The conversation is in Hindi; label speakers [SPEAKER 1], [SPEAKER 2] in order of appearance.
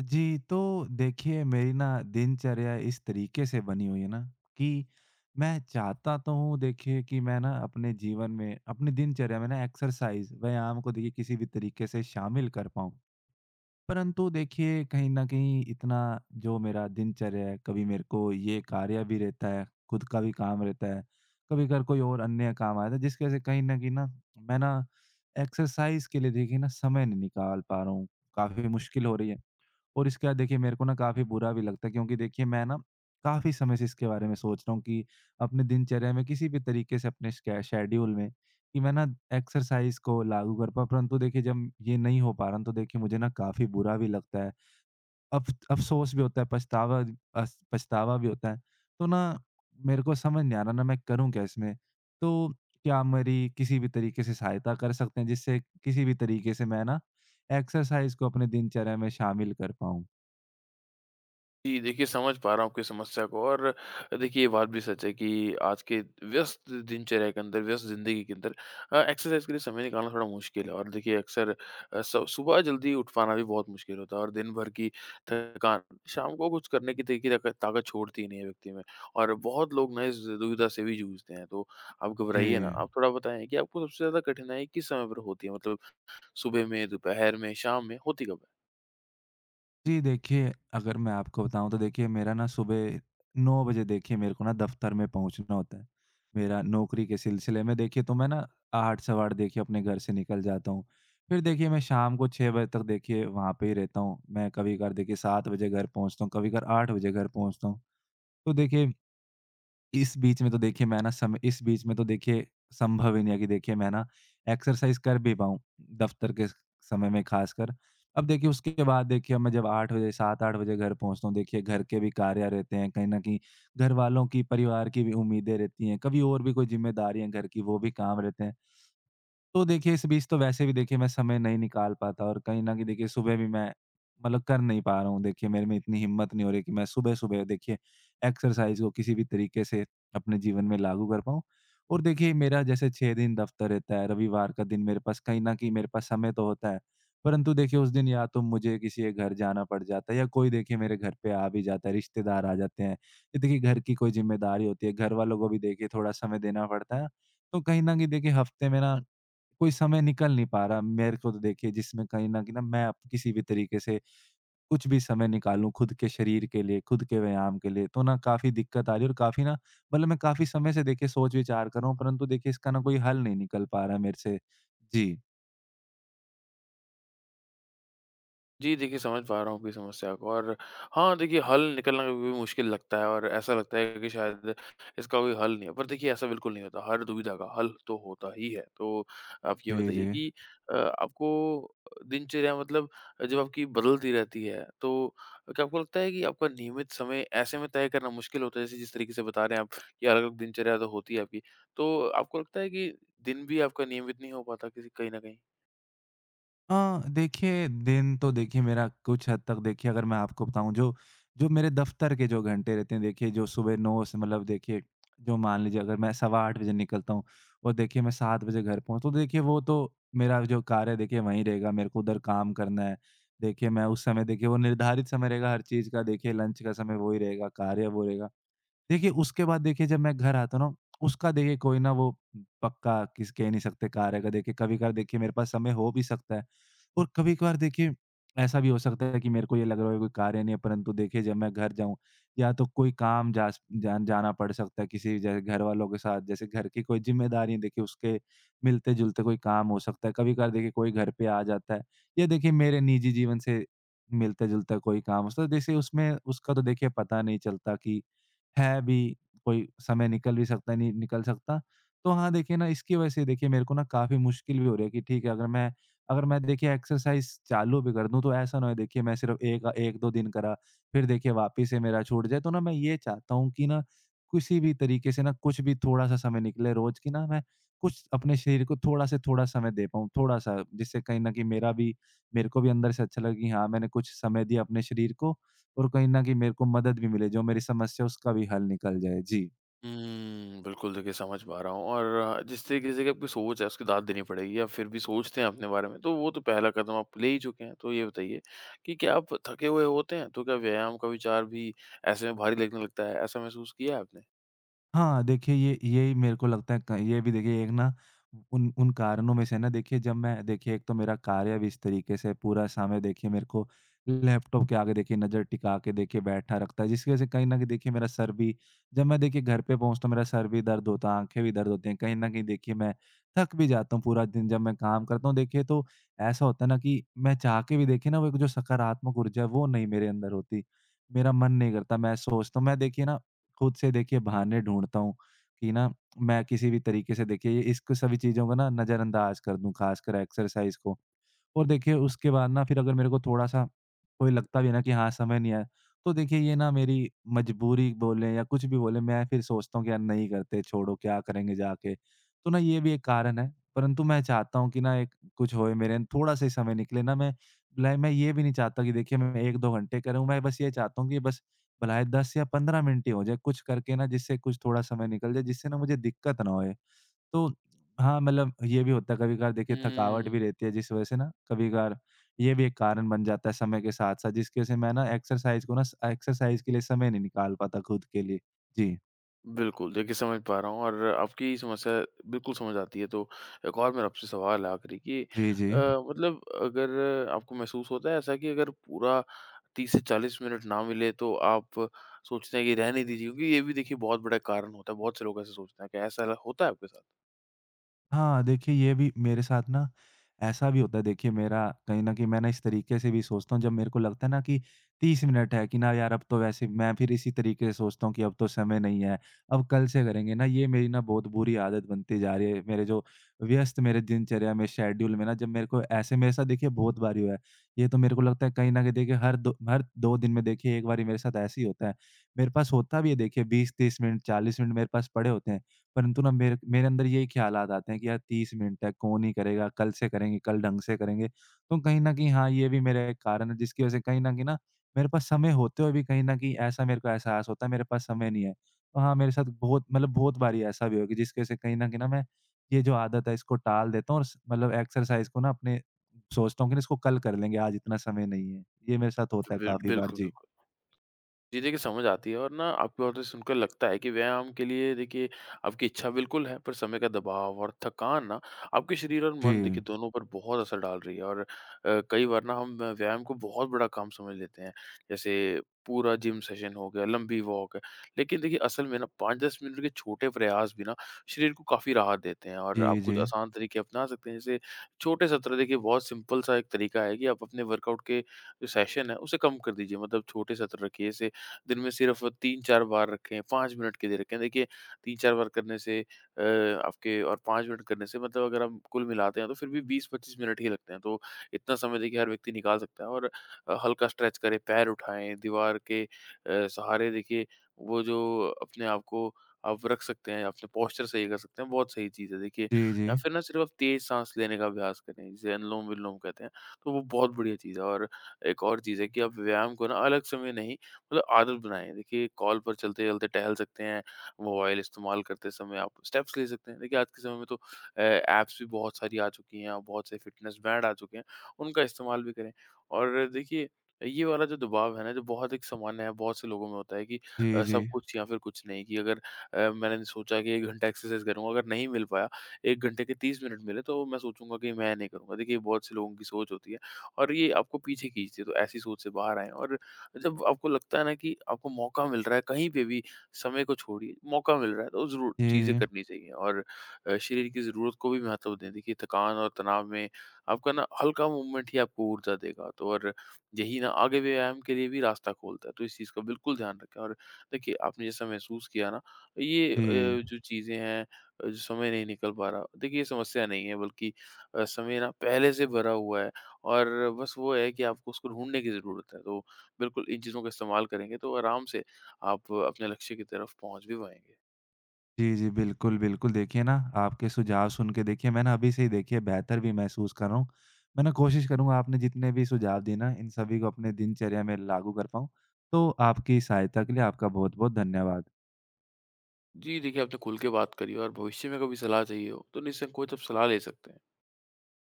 [SPEAKER 1] जी, तो देखिए मेरी ना दिनचर्या इस तरीके से बनी हुई है ना कि मैं चाहता तो हूँ देखिए कि मैं ना अपने जीवन में, अपनी दिनचर्या में ना एक्सरसाइज़, व्यायाम को देखिए किसी भी तरीके से शामिल कर पाऊँ। परंतु देखिए कहीं न कहीं इतना जो मेरा दिनचर्या है, कभी मेरे को ये कार्य भी रहता है, खुद का भी काम रहता है, कभी अगर कोई और अन्य काम आ जाता है जिसकी वज़ह से कहीं न कहीं ना मैं ना एक्सरसाइज़ के लिए देखिए ना समय नहीं निकाल पा रहा हूँ, काफ़ी मुश्किल हो रही है। और इसके बाद देखिए मेरे को ना काफ़ी बुरा भी लगता है, क्योंकि देखिए मैं ना काफ़ी समय से इसके बारे में सोच रहा हूँ कि अपने दिनचर्या में किसी भी तरीके से अपने शेड्यूल में, कि मैं ना एक्सरसाइज को लागू कर पाऊँ। परंतु देखिए जब ये नहीं हो पा रहा ना, तो देखिए मुझे ना काफ़ी बुरा भी लगता है, अफ अफसोस भी होता है, पछतावा पछतावा भी होता है। तो ना मेरे को समझ नहीं आ रहा ना मैं करूँ क्या इसमें। तो क्या आप मेरी किसी भी तरीके से सहायता कर सकते हैं जिससे किसी भी तरीके से मैं ना एक्सरसाइज को अपने दिनचर्या में शामिल कर पाऊं?
[SPEAKER 2] जी, देखिए समझ पा रहा हूँ आपकी समस्या को और देखिए ये बात भी सच है कि आज के व्यस्त दिनचर्या के अंदर, व्यस्त ज़िंदगी के अंदर एक्सरसाइज़ के लिए समय निकालना थोड़ा मुश्किल है और देखिए अक्सर अ, सु सुबह जल्दी उठ पाना भी बहुत मुश्किल होता है और दिन भर की थकान शाम को कुछ करने की देखिए ताकत ताकत छोड़ती ही नहीं है व्यक्ति में। और बहुत लोग ना इस दुविधा से भी जूझते हैं। तो आप
[SPEAKER 1] जी।
[SPEAKER 2] घबराइए ना, आप थोड़ा बताएँ कि आपको सबसे ज़्यादा कठिनाई किस समय पर होती है? मतलब सुबह में, दोपहर में, शाम में, होती कब है?
[SPEAKER 1] जी, देखिए अगर मैं आपको बताऊँ तो देखिए मेरा ना सुबह 9 बजे देखिए मेरे को ना दफ़्तर में पहुँचना होता है। मेरा नौकरी के सिलसिले में देखिए तो मैं ना 8 सवा 8 देखिए अपने घर से निकल जाता हूँ। फिर देखिए मैं शाम को 6 बजे तक देखिए वहाँ पे ही रहता हूँ। मैं कभी-कभार देखिए 7 बजे घर पहुँचता हूँ, कभी-कभार 8 बजे घर पहुँचता हूँ। तो देखिए इस बीच में तो देखिए मैं ना सम इस बीच में तो देखिए संभव ही नहीं है कि देखिए मैं ना एक्सरसाइज़ कर भी पाऊँ, दफ़्तर के स समय में ख़ासकर। अब देखिए उसके बाद देखिए अब मैं जब 8 बजे 7-8 बजे घर पहुँचता हूँ, देखिए घर के भी कार्य रहते हैं, कहीं न कहीं घरवालों की, परिवार की भी उम्मीदें रहती हैं, कभी और भी कोई ज़िम्मेदारियाँ घर की वो भी काम रहते हैं। तो देखिए, इस बीच तो वैसे भी देखिए मैं समय नहीं निकाल पाता, और कहीं न कहीं देखिए सुबह भी मैं मतलब कर नहीं पा रहा हूँ। देखिए मेरे में इतनी हिम्मत नहीं हो रही कि मैं सुबह-सुबह देखिए एक्सरसाइज़ को किसी भी तरीके से अपने जीवन में लागू कर पाऊँ। और देखिए मेरा जैसे 6 दिन दफ़्तर रहता है, रविवार का दिन मेरे पास कहीं न कहीं मेरे पास समय तो होता है, परंतु देखिए उस दिन या तो मुझे किसी के घर जाना पड़ जाता है या कोई देखिए मेरे घर पे आ भी जाता है, रिश्तेदार आ जाते हैं। ये देखिए घर की कोई ज़िम्मेदारी होती है, घरवालों को भी देखिए थोड़ा समय देना पड़ता है। तो कहीं न कहीं देखिए हफ़्ते में ना कोई समय निकल नहीं पा रहा मेरे को, तो देखिए जिसमें कहीं न कहीं ना मैं अब किसी भी तरीके से कुछ भी समय निकालूँ खुद के शरीर के लिए, खुद के व्यायाम के लिए, तो ना काफ़ी दिक्कत आ रही है और काफ़ी ना मतलब मैं काफ़ी समय से देखिए सोच-विचार कर रहा हूँ, परंतु देखिए इसका ना कोई हल नहीं निकल पा रहा है मेरे से। जी।
[SPEAKER 2] जी, देखिए समझ पा रहा हूँ आपकी समस्या को। और हाँ, देखिए हल निकलना कभी-कभी मुश्किल लगता है और ऐसा लगता है कि शायद इसका कोई हल नहीं है। पर देखिए ऐसा बिल्कुल नहीं होता, हर दुविधा का हल तो होता ही है। तो आप ये
[SPEAKER 1] जी,
[SPEAKER 2] बताइए
[SPEAKER 1] जी।
[SPEAKER 2] कि आपको दिनचर्या मतलब जब आपकी बदलती रहती है, तो क्या आपको लगता है कि आपका नियमित समय ऐसे में तय करना मुश्किल होता है? जैसे जिस तरीके से बता रहे हैं आप कि अलग-अलग दिनचर्या तो होती है आपकी। तो आपको लगता है कि दिन भी आपका नियमित नहीं हो पाता किसी कहीं न कहीं?
[SPEAKER 1] अ, देखिए, दिन तो देखिए मेरा कुछ हद तक देखिए अगर मैं आपको बताऊँ, जो जो मेरे दफ़्तर के जो घंटे रहते हैं देखिए जो सुबह 9 से मतलब देखिए जो मान लीजिए अगर मैं सवा 8 बजे निकलता हूँ और देखिए मैं 7 बजे घर पहुँच, तो देखिए वो तो मेरा जो कार्य है देखिए वहीं रहेगा, मेरे को उधर काम करना है। देखिए मैं उस समय देखिए वो निर्धारित समय रहेगा हर चीज़ का, देखिए लंच का समय वो ही रहेगा, कार्य वो रहेगा। देखिए, उसके बाद देखिए जब मैं घर आता हूँ ना, उसका देखिए कोई ना वो पक्का किस कह नहीं सकते कार्य का। देखिए कभी-कभार देखिए मेरे पास समय हो भी सकता है, और कभी-कभार देखिए ऐसा भी हो सकता है कि मेरे को ये लग रहा है कोई कार्य नहीं है, परंतु देखिए जब मैं घर जाऊँ या तो कोई काम जा स जान जाना पड़ सकता है किसी जैसे घर वालों के साथ, जैसे घर की कोई ज़िम्मेदारी देखिए उसके मिलते-जुलते कोई काम हो सकता है। कभी-कभार देखिए कोई घर पे आ जाता है या देखिए मेरे निजी जीवन से मिलता-जुलता कोई काम हो सकता है। जैसे उसमें उसका तो देखिए पता नहीं चलता कि है भी, कोई समय निकल भी सकता है, नहीं निकल सकता। तो हाँ, देखिए ना इसकी वजह से देखिए मेरे को ना काफ़ी मुश्किल भी हो रही है, कि ठीक है अगर मैं देखिए एक्सरसाइज़ चालू भी कर दूँ तो ऐसा ना हो देखिए मैं सिर्फ़ 1 1-2 दिन करा, फिर देखिए वापिस से मेरा छूट जाए। तो ना मैं ये चाहता हूँ कि ना किसी भी तरीके से ना कुछ भी थोड़ा-सा समय निकले रोज़, कि ना मैं कुछ अपने शरीर को थोड़ा से थोड़ा समय दे पाऊँ, थोड़ा-सा, जिससे कहीं न कहीं मेरा भी मेरे को भी अंदर से अच्छा लगे कि हाँ, मैंने कुछ समय दिया अपने शरीर को, और कहीं न कहीं मेरे को मदद भी मिले, जो मेरी समस्या है उसका भी हल निकल जाए। जी।
[SPEAKER 2] बिल्कुल, देखिए समझ पा रहा हूँ। और जिस तरीके से कि आपकी सोच है उसकी दाद देनी पड़ेगी, या फिर भी सोचते हैं अपने बारे में तो वो तो पहला कदम आप ले ही चुके हैं। तो ये बताइए कि क्या आप थके हुए होते हैं? तो क्या व्यायाम का विचार भी ऐसे में भारी लगने लगता है, ऐसा महसूस किया है आपने?
[SPEAKER 1] हाँ, देखिए ये यही मेरे को लगता है, क ये भी देखिए एक ना उन उन कारणों में से ना, देखिए जब मैं देखिए एक तो मेरा कार्य भी इस तरीके से पूरा समय देखिए मेरे को लैपटॉप के आगे देखिए नज़र टिका के देखिए बैठा रखता है, जिसकी वज़ह से कहीं न कहीं देखिए मेरा सर भी, जब मैं देखिए घर पे पहुँचता हूँ मेरा सर भी दर्द होता है, आँखें भी दर्द होती हैं। कहीं न कहीं देखिए मैं थक भी जाता हूँ पूरा दिन जब मैं काम करता हूँ देखिए, तो ऐसा होता है ना कि मैं चाह के भी देखिए ना वो एक जो सकारात्मक ऊर्जा है वो नहीं मेरे अंदर होती। मेरा मन नहीं करता, मैं सोचता हूँ मैं देखिए ना खुद से देखिए बहाने ढूँढता हूँ कि ना मैं किसी भी तरीके से देखिए ये इसको सभी चीज़ों को ना नज़रअंदाज कर दूँ, ख़ासकर एक्सरसाइज़ को। और देखिए उसके बाद ना फिर अगर मेरे को थोड़ा-सा कोई लगता भी है ना कि हाँ, समय नहीं है, तो देखिए ये ना मेरी मजबूरी बोलें या कुछ भी बोलें, मैं फिर सोचता हूँ कि यार नहीं करते, छोड़ो क्या करेंगे जाके। तो ना ये भी एक कारण है, परंतु मैं चाहता हूँ कि ना एक कुछ होए मेरे थोड़ा-सा ही समय निकले ना मैं, भलाई मैं ये भी नहीं चाहता कि देखिए मैं 1-2 घंटे करूँ, मैं बस ये चाहता हूँ कि बस भलाई 10 या 15 मिनट ही हो जाए, कुछ करके ना जिससे कुछ थोड़ा समय निकल जाए, जिससे ना मुझे दिक्कत ना होए। तो हाँ, मतलब ये भी होता है कभी-कभार देखिए थकावट भी
[SPEAKER 2] हुँ।
[SPEAKER 1] रहती है जिस वजह से ना कभी-कभार ये भी एक कारण बन जाता है समय के साथ-साथ, जिसकी वजह से मैं ना एक्सरसाइज़ को ना स एक्सरसाइज़ के लिए समय नहीं निकाल पाता खुद के लिए। जी।
[SPEAKER 2] बिल्कुल, देखिए समझ पा रहा हूँ और आपकी समस्या बिल्कुल समझ आती है। तो एक और मेरा आपसे सवाल है आखिरी कि
[SPEAKER 1] जी, जी।
[SPEAKER 2] मतलब अगर आपको महसूस होता है ऐसा कि अगर पूरा 30 से 40 मिनट ना मिले तो आप सोचते हैं कि रहने दीजिए, क्योंकि ये भी देखिए बहुत बड़ा कारण होता है, बहुत से लोग ऐसे सोचते हैं। क्या ऐसा ल होता है आपके साथ?
[SPEAKER 1] हाँ, देखिए ये भी मेरे साथ ना ऐसा भी होता है, देखिए मेरा कहीं न कहीं मैं ना इस तरीके से भी सोचता हूँ, जब मेरे को लगता है ना कि 30 मिनट है कि ना यार अब तो वैसे मैं फिर इसी तरीके से सोचता हूँ कि अब तो समय नहीं है, अब कल से करेंगे ना, ये मेरी ना बहुत बुरी आदत बनती जा रही है। मेरे जो व्यस्त मेरे दिनचर्या में शेड्यूल में ना जब मेरे को ऐसे मेरे साथ देखिए बहुत बार हुआ है। ये तो मेरे को लगता है कहीं न कहीं देखिए हर 2 दिन में देखिए 1 बारी मेरे साथ ऐसे ही होता है। मेरे पास होता भी है देखिए 20-30 मिनट 40 मिनट मेरे पास पड़े होते हैं। परंतु ना मेरे मेरे अंदर यही ख़्यालात आते हैं कि यार 30 मिनट है, कौन ही करेगा, कल से करेंगे, कल ढंग से करेंगे। तो कहीं न कहीं हाँ, ये भी मेरा एक कारण है जिसकी वज़ह से कहीं न कहीं ना मेरे पास समय होते हुए भी कहीं न कहीं ऐसा मेरे को एहसास होता है मेरे पास समय नहीं है। तो हाँ, मेरे साथ बहुत मतलब बहुत बारी ऐसा भी हुआ कि जिसकी वज़ह से कहीं न कहीं ना मैं ये जो आदत है इसको टाल देता हूँ और स मतलब एक्सरसाइज़ को ना अपने सोचता हूँ कि ना इसको कल कर लेंगे, आज इतना समय नहीं है। ये मेरे साथ होता है काफ़ी बार।
[SPEAKER 2] बिल्कुल,
[SPEAKER 1] जी।
[SPEAKER 2] बिल्कुल। जी, देखिए समझ आती है और ना आपकी बातें सुनकर लगता है कि व्यायाम के लिए देखिए आपकी इच्छा बिल्कुल है, पर समय का दबाव और थकान ना आपके शरीर और
[SPEAKER 1] जी।
[SPEAKER 2] मन देखिए दोनों पर बहुत असर डाल रही है। और कई बार ना हम व्यायाम को बहुत बड़ा काम समझ लेते हैं। जैसे पूरा जिम सेशन हो गया, लंबी वॉक है, लेकिन देखिए असल में ना 5-10 मिनट के छोटे प्रयास भी ना शरीर को काफ़ी राहत देते हैं और
[SPEAKER 1] जी,
[SPEAKER 2] आप
[SPEAKER 1] जी।
[SPEAKER 2] कुछ आसान तरीके अपना सकते हैं। जैसे छोटे सत्र देखिए बहुत सिंपल सा एक तरीका है कि आप अपने वर्कआउट के जो सेशन है, उसे कम कर दीजिए, मतलब छोटे सत्र रखिए। जैसे दिन में सिर्फ 3-4 बार रखें, 5 मिनट के लिए रखें। देखिए 3-4 बार करने से आपके और 5 मिनट करने से मतलब अगर हम कुल मिलाते हैं तो फिर भी 20-25 मिनट ही लगते हैं। तो इतना समय देखिए हर व्यक्ति निकाल सकता है। और हल्का स्ट्रेच करें, पैर उठाएँ, दीवार के सहारे देखिए वो जो अपने आप को आप रख सकते हैं, अपने पोस्चर सही कर सकते हैं, बहुत सही चीज़ है देखिए।
[SPEAKER 1] जी, जी।
[SPEAKER 2] या फिर ना सिर्फ आप तेज़ साँस लेने का अभ्यास करें, जिसे अनुलोम-विलोम कहते हैं, तो वो बहुत बढ़िया चीज़ है। और एक और चीज़ है कि आप व्यायाम को ना अलग समय नहीं, मतलब आदत बनाएँ। देखिए कॉल पर चलते-चलते टहल सकते हैं, मोबाइल इस्तेमाल करते समय आप स्टेप्स ले सकते हैं। देखिए आज के समय में तो ऐप्स भी बहुत सारी आ चुकी हैं और बहुत से फ़िटनेस बैंड आ चुके हैं, उनका इस्तेमाल भी करें। और देखिए ये वाला जो दबाव है ना, जो बहुत एक सामान्य है, बहुत से लोगों में होता है कि
[SPEAKER 1] जी, जी।
[SPEAKER 2] सब कुछ या फिर कुछ नहीं, कि अगर मैंने सोचा कि 1 घंटा एक्सरसाइज़ करूँगा, अगर नहीं मिल पाया, 1 घंटे के 30 मिनट मिले तो मैं सोचूँगा कि मैं नहीं करूँगा। देखिए बहुत से लोगों की सोच होती है और ये आपको पीछे खींचती है, तो ऐसी सोच से बाहर आएँ। और जब आपको लगता है ना कि आपको मौका मिल रहा है कहीं पे भी, समय को छोड़िए, मौका मिल रहा है तो ज़रूर
[SPEAKER 1] जी,
[SPEAKER 2] चीज़ें
[SPEAKER 1] जी।
[SPEAKER 2] करनी चाहिए। और शरीर की ज़रूरत को भी महत्व दें। देखिए थकान और तनाव में आपका ना हल्का मूवमेंट ही आपको ऊर्जा देगा, तो और यही ना आगे व्यायाम के लिए भी रास्ता खोलता है। तो इस चीज़ का बिल्कुल ध्यान रखें। और देखिए आपने जैसा महसूस किया ना, ये
[SPEAKER 1] जी।
[SPEAKER 2] जो चीज़ें हैं, जो समय नहीं निकल पा रहा, देखिए ये समस्या नहीं है बल्कि समय ना पहले से भरा हुआ है और बस वो है कि आपको उसको ढूँढने की ज़रूरत है। तो बिल्कुल, इन चीज़ों का इस्तेमाल करेंगे तो आराम से आप अपने लक्ष्य की तरफ पहुँच भी पाएँगे।
[SPEAKER 1] जी, जी। बिल्कुल, बिल्कुल। देखिए ना, आपके सुझाव सुन के देखिए मैं ना अभी से ही देखिए बेहतर भी महसूस कर रहा हूँ। मैं ना कोशिश करूँगा आपने जितने भी सुझाव दिए ना, इन सभी को अपने दिनचर्या में लागू कर पाऊँ। तो आपकी सहायता के लिए आपका बहुत-बहुत धन्यवाद।
[SPEAKER 2] जी, देखिए आपने खुल के बात करी और भविष्य में कभी सलाह चाहिए हो, तो निःसंकोच आप सलाह ले सकते हैं।